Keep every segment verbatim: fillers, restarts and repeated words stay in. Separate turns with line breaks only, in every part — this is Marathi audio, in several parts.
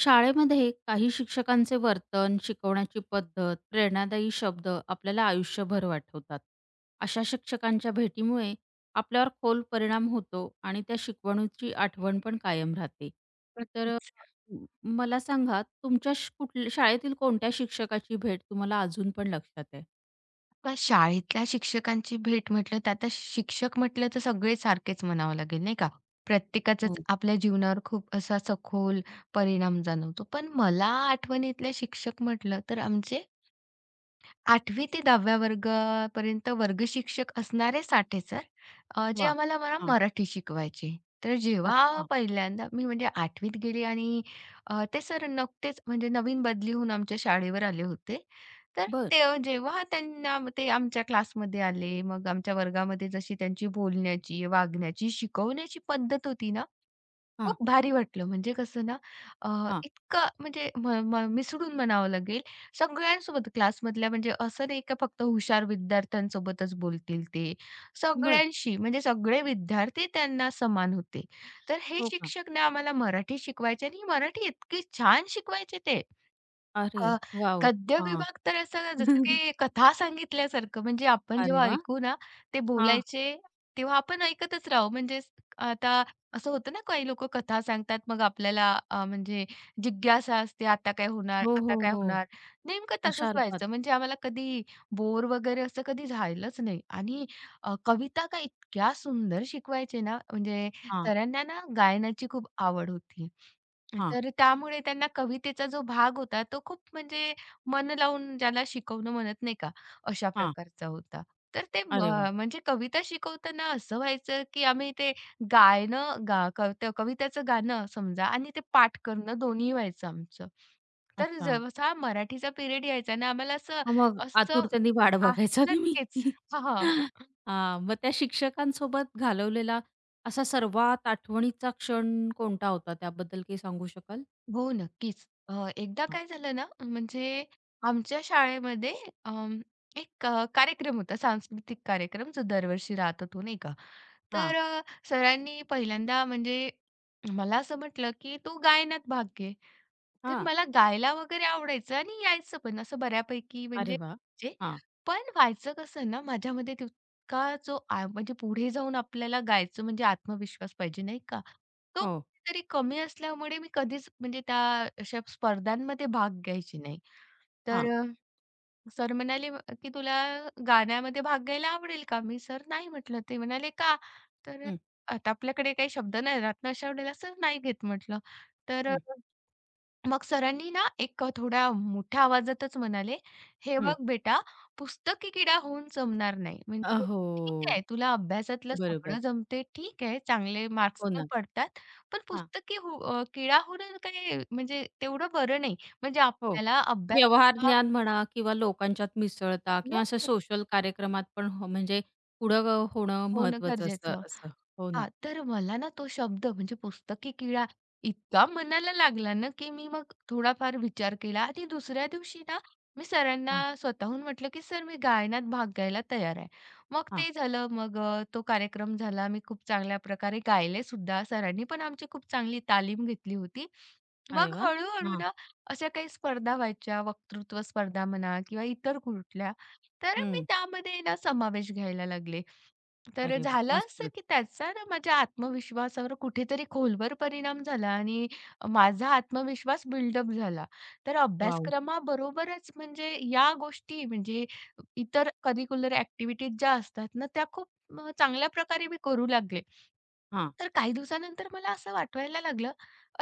शाळेमध्ये काही शिक्षकांचे वर्तन, शिकवण्याची पद्धत, प्रेरणादायी शब्द आपल्याला आयुष्यभर आठवतात. अशा शिक्षकांच्या भेटीमुळे आपल्यावर खोल परिणाम होतो आणि त्या शिकवणूची आठवण पण कायम राहते. तर अ,
नक्कीच.
म मला सांगा तुमच्या श कुठल्या शाळेतील कोणत्या शिक्षकाची भेट तुम्हाला अजून पण लक्षात आहे?
आता शाळेतल्या शिक्षकांची भेट म्हटलं तर आता शिक्षक म्हटलं तर सगळे सारखेच म्हणावं लागेल नाही का? प्रत्येकाचाच
हो.
आपल्या जीवनावर खूप असा सखोल परिणाम जाणवतो. पण मला आठवणीतले शिक्षक म्हटलं तर आमचे आठवी ते दहाव्या वर्गापर्यंत वर्गशिक्षक असणारे साठे सर अ, जे
वाह!
आम्हाला मला
हां,
मराठी शिकवायचे. तर जेव्हा
अच्छा.
पहिल्यांदा मी म्हणजे आठवीत गेली आणि अ, ते सर नुकतेच म्हणजे नवीन बदली होऊन आमच्या शाळेवर आले होते. तर
बरं.
ते जेव्हा त्यांना ते आमच्या क्लासमध्ये आले, मग आमच्या वर्गामध्ये जशी त्यांची बोलण्याची, वागण्याची, शिकवण्याची पद्धत होती ना,
हां,
खूप भारी वाटलं. म्हणजे कसं ना अ,
हां.
इतकं म्हणजे म म मिसळून म्हणावं लागेल, सगळ्यांसोबत क्लासमधल्या म्हणजे असं नाही का फक्त हुशार विद्यार्थ्यांसोबतच बोलतील ते.
बरं.
सगळ्यांशी म्हणजे सगळे विद्यार्थी त्यांना समान होते. तर हे
हो का?
शिक्षक ना आम्हाला मराठी शिकवायचे आणि मराठी इतकी छान शिकवायचे ते.
अरे,
अ,
वॉव!
गद्य
हां.
विभाग तर असं जसं की कथा सांगितल्यासारखं म्हणजे आपण
अरे
जेव्हा
वाह!
ऐकू ना, ते
हां.
बोलायचे तेव्हा आपण ऐकतच राहू. म्हणजे स- आता असं होतं ना, काही लोकं कथा सांगतात मग आपल्याला अ, म्हणजे जिज्ञासा असते, आता काय होणार?
हो,
आता
हो,
काय
हो.
होणार? नेमकं
अशा
तसंच
अर्थात.
व्हायचं. म्हणजे आम्हाला कधी बोर वगैरे असं कधी झालंच नाही आणि अ, कविता काय इतक्या सुंदर शिकवायचे ना, म्हणजे
हां,
सरांना ना गायनाची खूप आवड होती.
हां,
तर त्यामुळे त्यांना कवितेचा जो भाग होता तो खूप म्हणजे मन लावून ज्याला शिकवणं म्हणत नाही का, अशा
हां.
प्रकारचा होता. तर ते
अरे वाह!
अ, म्हणजे कविता शिकवताना असं व्हायचं, की आम्ही ते गायनं गा कविता कवितेचं गाणं समजा आणि ते पाठ करणं दोन्ही व्हायचं आमचं. तर
अच्छा.
जसा मराठीचा पिरियड यायचा ना आम्हाला असं
हां, मग
असं
आतुरतेने वाट
आ
बघायचा तुम्ही.
नक्कीच. हां, हां.
हां, मग त्या शिक्षकांसोबत घालवलेला असा सर्वात आठवणीचा क्षण कोणता होता? त्याबद्दल काही सांगू शकाल?
हो, नक्कीच. अ, एकदा
हां,
काय झालं ना, म्हणजे आमच्या शाळेमध्ये अं, एक अ, कार्यक्रम होता, सांस्कृतिक कार्यक्रम, जो दरवर्षी राहत होतो, नाही का.
हां,
तर अ, सरांनी पहिल्यांदा म्हणजे मला असं म्हटलं, की "तू गायनात भाग घे." तर
हां.
मला गायला वगैरे आवडायचं आणि यायचं पण असं बऱ्यापैकी म्हणजे
अरे वाह!
यायचे.
हां,
पण व्हायचं कसं ना, माझ्यामध्ये तितका जो आ म्हणजे पुढे जाऊन आपल्याला गायचं म्हणजे आत्मविश्वास पाहिजे, नाही का. तो
हो,
तरी कमी असल्यामुळे मी कधीच म्हणजे त्या अशा स्पर्धांमध्ये भाग घ्यायची नाही. तर
हां.
अ, सर म्हणाले "म- की "तुला गाण्यामध्ये भाग घ्यायला आवडेल का?" मी "सर नाही" म्हटलं. ते म्हणाले "का?" तर अ,
हं,
आता आपल्याकडे काही शब्द नाही राहत ना, अशा वेळेला "सर नाही घेत" म्हटलं. तर
हं,
मग सरांनी ना एक अ, थोड्या मोठ्या आवाजातच म्हणाले, "हे बघ
हं.
बेटा, पुस्तकी किडा होऊन जमणार नाही. म्हणजे
अहो,
ठीक
हो.
आहे, तुला अभ्यासातलं
बरोबर.
सगळं जमते, ठीक आहे, चांगले मार्क्स
हो
पण
ना.
पडतात, पण पुस्तकी हो अ, किडा होणं काही म्हणजे तेवढं बरं नाही. म्हणजे
हो.
आपल्याला अभ्यास
व्यवहार
हा
ज्ञान म्हणा किंवा लोकांच्यात मिसळता किंवा अशा
नक्कीच
सोशल कार्यक्रमात पण हो म्हणजे पुढं अ, होणं
होणं
महत्वाचं असतं
गरजेचं."
असं. हो ना.
हां, तर मला ना तो शब्द म्हणजे पुस्तकी किडा इतका मनाला लागला ना, की मी मग थोडाफार विचार केला आणि दुसऱ्या दिवशी ना, मी सरांना
हां,
स्वतःहून म्हटलं, की "सर, मी गायनात भाग घ्यायला तयार आहे." मग
हां.
ते झालं. मग अ, तो कार्यक्रम झाला. मी खूप चांगल्या प्रकारे गायले सुद्धा. सरांनी पण आमची खूप चांगली तालीम घेतली होती.
अरे
मग
वाह!
हळू
हां.
ना, अशा काही स्पर्धा व्हायच्या, वक्तृत्व स्पर्धा म्हणा किंवा इतर कुठल्या, तर मी
हं.
त्यामध्ये ना समावेश घ्यायला लागले. तर
अरे वाह!
झालं असं,
मस्तच.
की त्याचा ना माझ्या आत्मविश्वासावर कुठेतरी खोलवर परिणाम झाला आणि माझा आत्मविश्वास बिल्डअप झाला. तर
वॉव!
अभ्यासक्रमाबरोबरच म्हणजे या गोष्टी म्हणजे इतर करिक्युलर ॲक्टिव्हिटीज ज्या असतात ना, त्या खूप अ, चांगल्या प्रकारे मी करू लागले.
हां,
तर काही दिवसानंतर मला असं वाटवायला लागलं,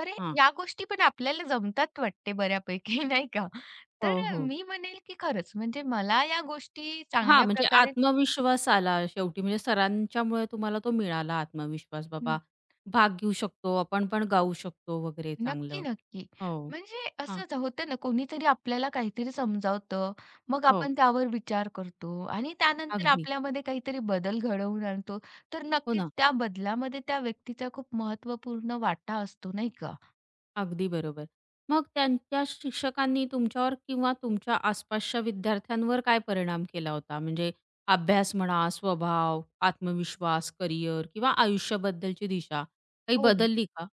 अरे
हां.
या गोष्टी पण आपल्याला जमतात वाटते बऱ्यापैकी नाही का? तर
हो,
अ,
हो.
मी म्हणेल, की खरंच म्हणजे मला या गोष्टी
हां,
चांगल्या
म्हणजे
प्रकारे
आत्मविश्वास आला शेवटी म्हणजे सरांच्यामुळे तुम्हाला तो मिळाला आत्मविश्वास बाबा भाग घेऊ शकतो, आपण पण गाऊ शकतो वगैरे
नक्की,
चांगलं.
नक्की.
हो.
म्हणजे
हां.
असंच होतं ना, कोणीतरी आपल्याला काहीतरी समजावतं, मग
हो.
आपण त्यावर विचार करतो आणि त्यानंतर
अगदी.
आपल्यामध्ये काहीतरी बदल घडवून आणतो. तर
हो
नक्कीच
ना.
त्या बदलामध्ये त्या व्यक्तीचा खूप महत्वपूर्ण वाटा असतो, नाही का?
अगदी बरोबर. मग त्यांच्या शिक्षकांनी तुमच्यावर किंवा तुमच्या आसपासच्या विद्यार्थ्यांवर काय परिणाम केला होता? म्हणजे अभ्यास म्हणा, स्वभाव, आत्मविश्वास, करिअर किंवा आयुष्याबद्दलची दिशा काही
हो
बदलली का?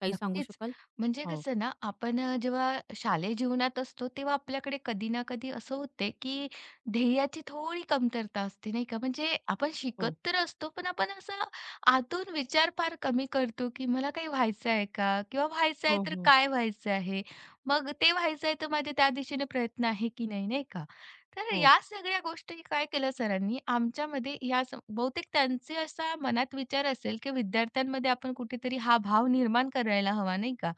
काही सांगू
नक्कीच.
शकाल?
म्हणजे
हो,
कसं ना, आपण अ, जेव्हा शालेय जीवनात असतो, तेव्हा आपल्याकडे कधी ना कधी असं होते, की ध्येयाची थोडी कमतरता असते, नाही का? म्हणजे आपण शिकत
हो.
तर असतो, पण आपण असा आतून विचार फार कमी करतो, की मला काही व्हायचं आहे का? किंवा व्हायचं आहे
हो,
तर
हो,
काय व्हायचं आहे? मग ते व्हायचं आहे तर माझे त्या दिशेने प्रयत्न आहे की नाही, नाही का? तर
हो.
या सगळ्या गोष्टी काय केलं सरांनी आमच्यामध्ये या स- बहुतेक त्यांचे असा मनात विचार असेल की विद्यार्थ्यांमध्ये आपण कुठेतरी हा भाव निर्माण करायला हवा नाही का?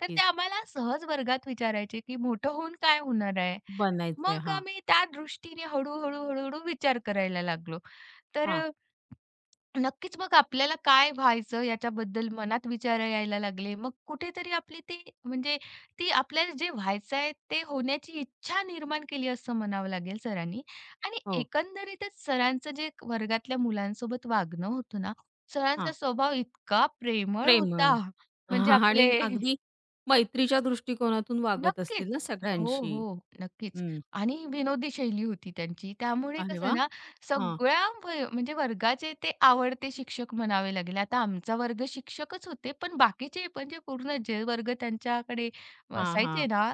तर ते आम्हाला सहज वर्गात विचारायचे की मोठं होऊन काय होणार आहे?
बनायचंय.
मग
हां,
आम्ही त्या दृष्टीने हळूहळू हळूहळू विचार करायला लागलो. तर
हां.
नक्कीच मग आपल्याला काय व्हायचं याच्याबद्दल मनात विचार यायला लागले. मग कुठेतरी आपली ती म्हणजे ती आपल्याला जे व्हायचं आहे ते होण्याची इच्छा निर्माण केली असं म्हणावं लागेल सरांनी. आणि
हो,
एकंदरीतच सरांचं जे वर्गातल्या मुलांसोबत वागणं होतं ना, सरांचा
हां.
स्वभाव इतका प्रेमळ
प्रेमळ
होता.
हा,
म्हणजे
आणि
आपले
अगदी मैत्रीच्या दृष्टिकोनातून वागत
नक्कीच.
असतील ना
हो,
सगळ्यांशी?
हो. नक्कीच.
हं.
आणि विनोदी शैली होती त्यांची. त्यामुळे
अरे
कसं
वाह!
ना
हां,
सगळ्या व म्हणजे वर्गाचे ते आवडते शिक्षक म्हणावे लागेल. आता आमचा वर्ग शिक्षकच होते, पण बाकीचे म्हणजे पूर्ण जे वर्ग त्यांच्याकडे
हां, हां.
असायचे ना,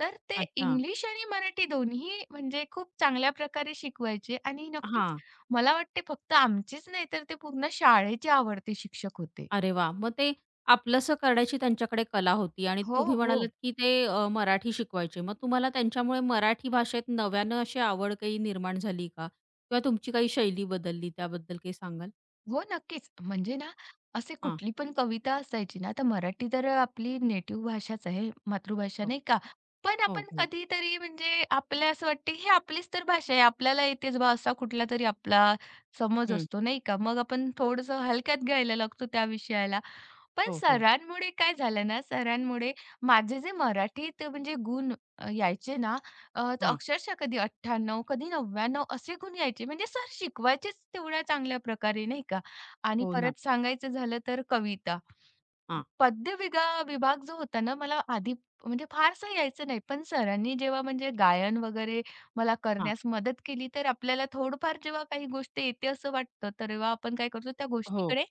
तर ते
अच्छा.
इंग्लिश आणि मराठी दोन्ही म्हणजे खूप चांगल्या प्रकारे शिकवायचे आणि नक्कीच
हां.
मला वाटते फक्त आमचीच नाही तर ते पूर्ण शाळेचे आवडते शिक्षक होते.
अरे वा, मग ते आपलंसं करण्याची त्यांच्याकडे कला होती आणि
हो,
तुम्ही म्हणालात,
हो.
की ते अ, मराठी शिकवायचे. मग तुम्हाला त्यांच्यामुळे मराठी भाषेत नव्यानं अशी आवड काही निर्माण झाली का? किंवा तुमची काही शैली बदलली त्याबद्दल काही सांगाल?
हो, नक्कीच. म्हणजे ना, असे
हां.
कुठली पण कविता असायची ना, तर मराठी तर आपली नेटिव्ह भाषाच आहे, मातृभाषा
हो, हो.
नाही का? पण आपण
हो.
कधीतरी म्हणजे आपल्याला असं वाटते, ही आपलीच तर भाषा आहे, आपल्याला येतेच बा, असा कुठलातरी आपला समज
हं.
असतो नाही का? मग आपण थोडंसं हलक्यात घ्यायला लागतो त्या विषयाला. पण
हो, हो.
सरांमुळे काय झालं ना, सरांमुळे माझे जे मराठीत म्हणजे गुण अ, यायचे ना, अ, तर
हां.
अक्षरशः कधी अठ्याण्णव कधी नव्याण्णव असे गुण यायचे. म्हणजे सर शिकवायचेच तेवढ्या चांगल्या प्रकारे, नाही का? आणि
हो ना.
परत सांगायचं झालं तर कविता.
हां,
पद्य विगा विभाग जो होता ना, मला आधी म्हणजे फारसं यायचं नाही. पण सरांनी जेव्हा म्हणजे गायन वगैरे मला
हां.
करण्यास मदत केली, तर आपल्याला थोडंफार जेव्हा काही गोष्ट येते असं वाटतं, तर तेव्हा आपण काय करतो त्या
हो,
गोष्टीकडे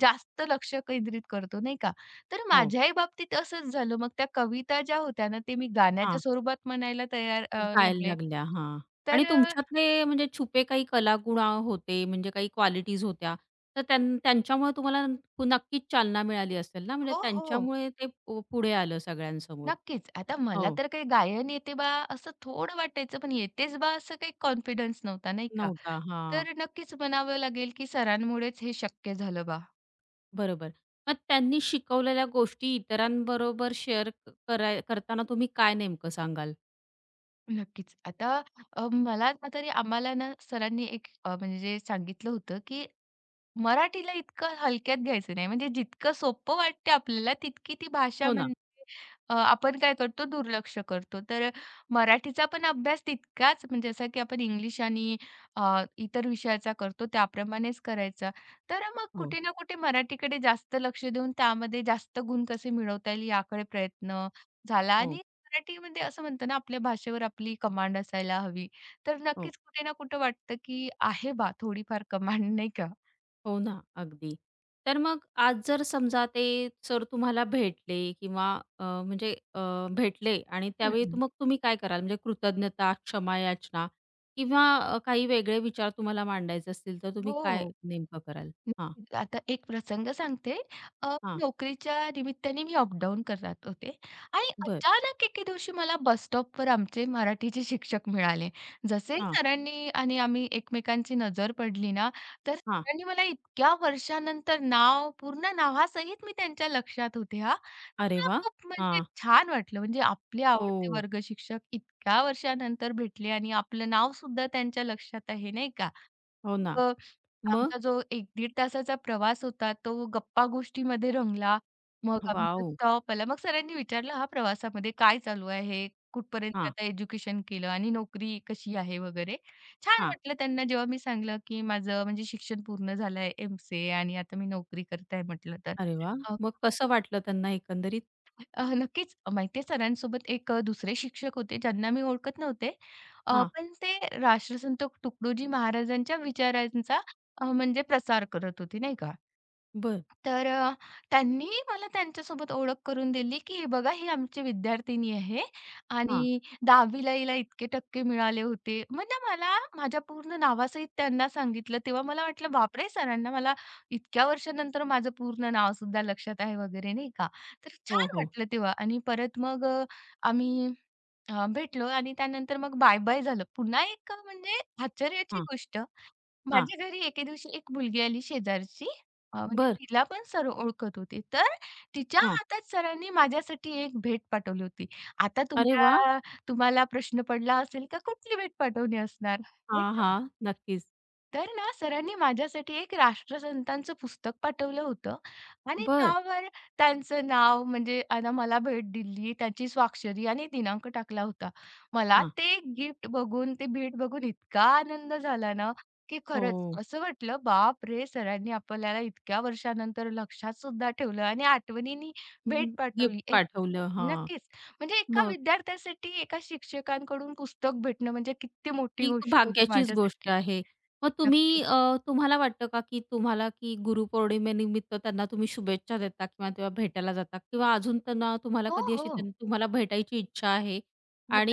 जास्त लक्ष केंद्रित करतो, नाही का? तर
हो.
माझ्याही बाबतीत असंच झालं. मग त्या कविता ज्या होत्या ना, ते मी गाण्याच्या
हां.
स्वरूपात म्हणायला तयार अ,
गायला
लागले.
लागल्या. हां. आणि
तर अ,
तुमच्यातले म्हणजे छुपे काही कलागुण होते, म्हणजे काही क्वालिटीज होत्या, तर त्यां त्यांच्यामुळे तुम्हाला पु- नक्कीच चालना मिळाली असेल ना? म्हणजे
हो, हो.
त्यांच्यामुळे ते पु पुढे आलं सगळ्यांसमोर.
नक्कीच. आता मला
हो,
तर काही गायन येते बा असं थोडं वाटायचं, पण येतेच बा असं काही कॉन्फिडन्स नव्हता, नाही का?
नव्हता. हां,
तर नक्कीच म्हणावं लागेल, की सरांमुळेच हे शक्य झालं बा.
बरोबर. मग त्यांनी शिकवलेल्या गोष्टी इतरांबरोबर शेअर कराय करताना तुम्ही काय नेमकं सांगाल?
नक्कीच. आता अ, मला तरी आम्हाला ना सरांनी एक अ, म्हणजे सांगितलं होतं, की मराठीला इतकं हलक्यात घ्यायचं नाही. म्हणजे जितकं सोपं वाटते आपल्याला, तितकी ती भाषा
हो ना.
म्हणजे अ, आपण काय करतो दुर्लक्ष करतो. तर मराठीचा पण अभ्यास तितकाच म्हणजे जसा की आपण इंग्लिश आणि अ, इतर विषयाचा करतो त्याप्रमाणेच करायचा. तर मग
हो,
कुठे ना कुठे मराठीकडे जास्त लक्ष देऊन त्यामध्ये जास्त गुण कसे मिळवता येईल याकडे प्रयत्न झाला
हो,
आणि मराठीमध्ये असं म्हणतो ना, आपल्या भाषेवर आपली कमांड असायला हवी. तर
हो.
नक्कीच कुठे ना कुठे वाटतं की आहे बा थोडीफार कमांड नाही का?
हो ना, अगदी. तर मग आज जर समजा ते सर तुम्हाला भेटले किंवा अ, म्हणजे अ, भेटले आणि त्यावेळी
हं,
तू- मग तुम्ही काय कराल? म्हणजे कृतज्ञता, क्षमायाचना किंवा अ, काही वेगळे विचार तुम्हाला मांडायचे असतील, तर तुम्ही
हो,
काय
हो.
नेमकं कराल? हां,
नक्कीच. आता एक प्रसंग सांगते. अ,
हां.
नोकरीच्या निमित्ताने मी अप-डाऊन करत होते आणि
बरं.
अचानक एके दिवशी मला बस स्टॉपवर आमचे मराठीचे शिक्षक मिळाले. जसे
हां,
सरांनी आणि आम्ही एकमेकांची नजर पडली ना, तर
हां.
सरांनी मला इतक्या वर्षानंतर नाव, पूर्ण नावासहित मी त्यांच्या लक्षात होते हां.
अरे
मला
वाह!
खूप म्हणजे
हां.
छान वाटलं. म्हणजे आपले आवडते
हो,
वर्ग शिक्षक इतक्या वर्षानंतर भेटले आणि आपलं नावसुद्धा त्यांच्या लक्षात आहे, नाही का?
हो ना.
अ,
मग?
आमचा जो एक ते दीड तासाचा प्रवास होता, तो गप्पा-गोष्टीमध्ये रंगला. मग आमचा
वॉव!
स्टॉप आला. मग सरांनी विचारलं, "हा प्रवासामध्ये काय चालू आहे? कुठपर्यंत
हां,
आता एज्युकेशन केलं आणि नोकरी कशी आहे वगैरे?" छान
हां.
वाटलं त्यांना जेव्हा मी सांगितलं, की माझं म्हणजे शिक्षण पूर्ण झालं एम सी ए आणि आता मी नोकरी करत म्हटलं तर.
अरे वाह!
अ
मग कसं वाटलं त्यांना एकंदरीत?
अ, नक्कीच माहिती आहे सरांसोबत एक अ, दुसरे शिक्षक होते ज्यांना मी ओळखत नव्हते. अ,
हां,
पण ते राष्ट्रसंत तुकडोजी महाराजांच्या विचारांचा अ, म्हणजे प्रसार करत होते नाही का.
बरं.
तर अ, त्यांनी मला त्यांच्यासोबत ओळख करून दिली, की "हे बघा ही आमची विद्यार्थिनी आहे
हां.
आणि दहावी ला हिला इतके टक्के मिळाले होते." म्हणजे मला माझ्या पूर्ण नावासहित त्यांना सांगितलं. तेव्हा मला वाटलं, "बापरे! सरांना मला इतक्या वर्षानंतर माझं पूर्ण नाव सुद्धा लक्षात आहे वगैरे," नाही का. तर
हो,
छान
हो.
वाटलं तेव्हा आणि परत मग अ, आम्ही अ, भेटलो आणि त्यानंतर मग बाय-बाय झालं. पुन्हा एक अ, म्हणजे आश्चर्याची
हां,
गोष्ट
हां.
माझ्या घरी एके दिवशी एक मुलगी आली शेजारची. अ, म्हणजे
बरं.
तिला पण सर ओळखत होते. तर तिच्या
हां.
हातात सरांनी माझ्यासाठी एक भेट पाठवली होती. आता
अरे वाह!
तुमच्या तुम्हाला प्रश्न पडला असेल का कुठली भेट पाठवली असणार, नाही
हां,
का?
हां. नक्कीच.
तर ना सरांनी माझ्यासाठी एक राष्ट्रसंतांचं पुस्तक पाठवलं होतं आणि
बरं.
त्यावर त्यांचं नाव म्हणजे आता मला भेट दिली, त्याची स्वाक्षरी आणि दिनांक टाकला होता. मला
हां.
ते गिफ्ट बघून, ते भेट बघून इतका आनंद झाला ना. की खरंच
हो.
असं वाटलं, बापरे! सरांनी आपल्याला इतक्या वर्षानंतर लक्षात सुद्धा ठेवलं आणि आठवणींनी भेट
हं. गिफ्ट
पाठवली. एक
पाठवलं. हां.
नक्कीच. म्हणजे एका
मग
विद्यार्थ्यासाठी एका शिक्षकांकडून पुस्तक भेटणं म्हणजे किती मोठी
ही
गोष्ट होती
भाग्याचीच गोष्ट
माझ्यासाठी.
आहे. मग तुम्ही
नक्कीच.
अ, तुम्हाला वाटतं का, की तुम्हाला की गुरुपौर्णिमेनिमित्त त्यांना तुम्ही शुभेच्छा देता किंवा तेव्हा भेटायला जाता किंवा अजून त्यांना तुम्हाला
हो,
कधी अशी
हो.
त्यां तुम्हाला भेटायची इच्छा आहे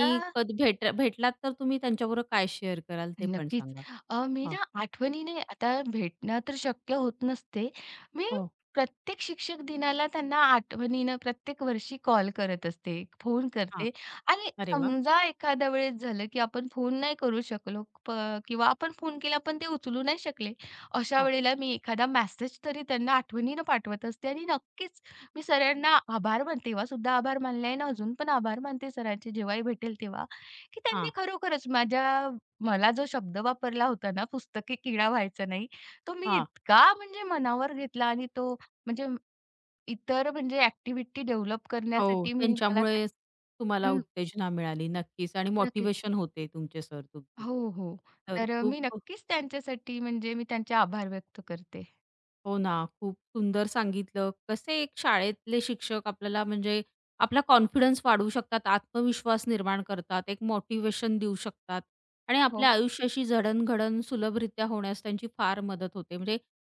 आता
कधी भेट भेटलात तर तुम्ही त्यांच्याबरोबर काय शेअर कराल ते पण
नक्कीच.
सांगा?
अ, मी
हां.
ना आठवणीने आता भेटणं तर शक्य होत नसते. मी
हो.
प्रत्येक शिक्षक दिनाला त्यांना आठवणीनं प्रत्येक वर्षी कॉल करत असते, फोन
हां.
करते आणि
अरे वाह!
समजा एखाद्या वेळेस झालं, की आपण फोन नाही करू शकलो प किंवा आपण फोन केला पण ते उचलू नाही शकले. अशा
हां,
वेळेला मी एखादा मेसेज तरी त्यांना आठवणीनं पाठवत असते आणि नक्कीच मी सरांना आभार मानते. तेव्हासुद्धा आभार मानले आहे ना अजून पण आभार मानते सरांचे जेव्हाही भेटेल तेव्हा, की
हां,
त्यांनी खरोखरच माझ्या मला जो शब्द वापरला होता ना, पुस्तकी किडा व्हायचं नाही, तो मी
हां.
इतका म्हणजे मनावर घेतला आणि तो म्हणजे इतर म्हणजे ॲक्टिव्हिटी डेव्हलप
हो,
करण्यासाठी मी मला त्या
त्यांच्यामुळे तुम्हाला
हं,
उत्तेजना मिळाली. नक्कीच आणि
नक्कीच.
मोटिवेशन होते तुमचे सर तुमचे.
हो, हो.
तर
तर
खूप
मी नक्कीच त्यांच्यासाठी म्हणजे मी त्यांचे आभार व्यक्त करते.
हो ना, खूप सुंदर सांगितलं. कसे एक शाळेतले शिक्षक आपल्याला म्हणजे आपला कॉन्फिडन्स वाढवू शकतात, आत्मविश्वास निर्माण करतात, एक मोटिव्हेशन देऊ शकतात आणि आपल्या
हो,
आयुष्याशी जडणघडण सुलभरित्या होण्यास त्यांची फार मदत होते. म्हणजे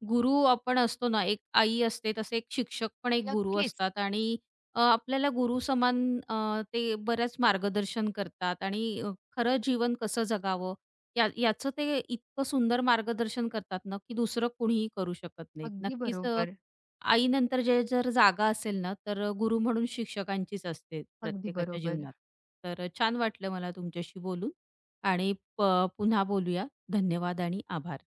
गुरु आपण असतो ना, एक आई असते, तसे एक शिक्षक पण एक गुरु
नक्कीच.
असतात आणि अ, आपल्याला गुरु समान अ, ते बऱ्याच मार्गदर्शन करतात आणि अ, खरं जीवन कसं जगावं या याचं ते इतकं सुंदर मार्गदर्शन करतात ना, की दुसरं कोणीही करू शकत नाहीत.
अगदी
नक्कीच अ,
बरोबर,
आईनंतर जे जर जागा असेल ना, तर गुरु म्हणून शिक्षकांचीच असते
अगदी
प्रत्येकाच्या
बरोबर.
जीवनात. तर छान वाटलं मला तुमच्याशी बोलून आणि प पुन्हा बोलूया. धन्यवाद आणि आभार.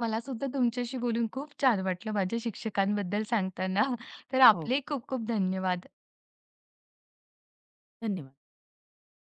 मला सुद्धा तुमच्याशी बोलून खूप छान वाटलं माझ्या शिक्षकांबद्दल सांगताना. तर
हो.
आपलेही खूप खूप धन्यवाद.
धन्यवाद.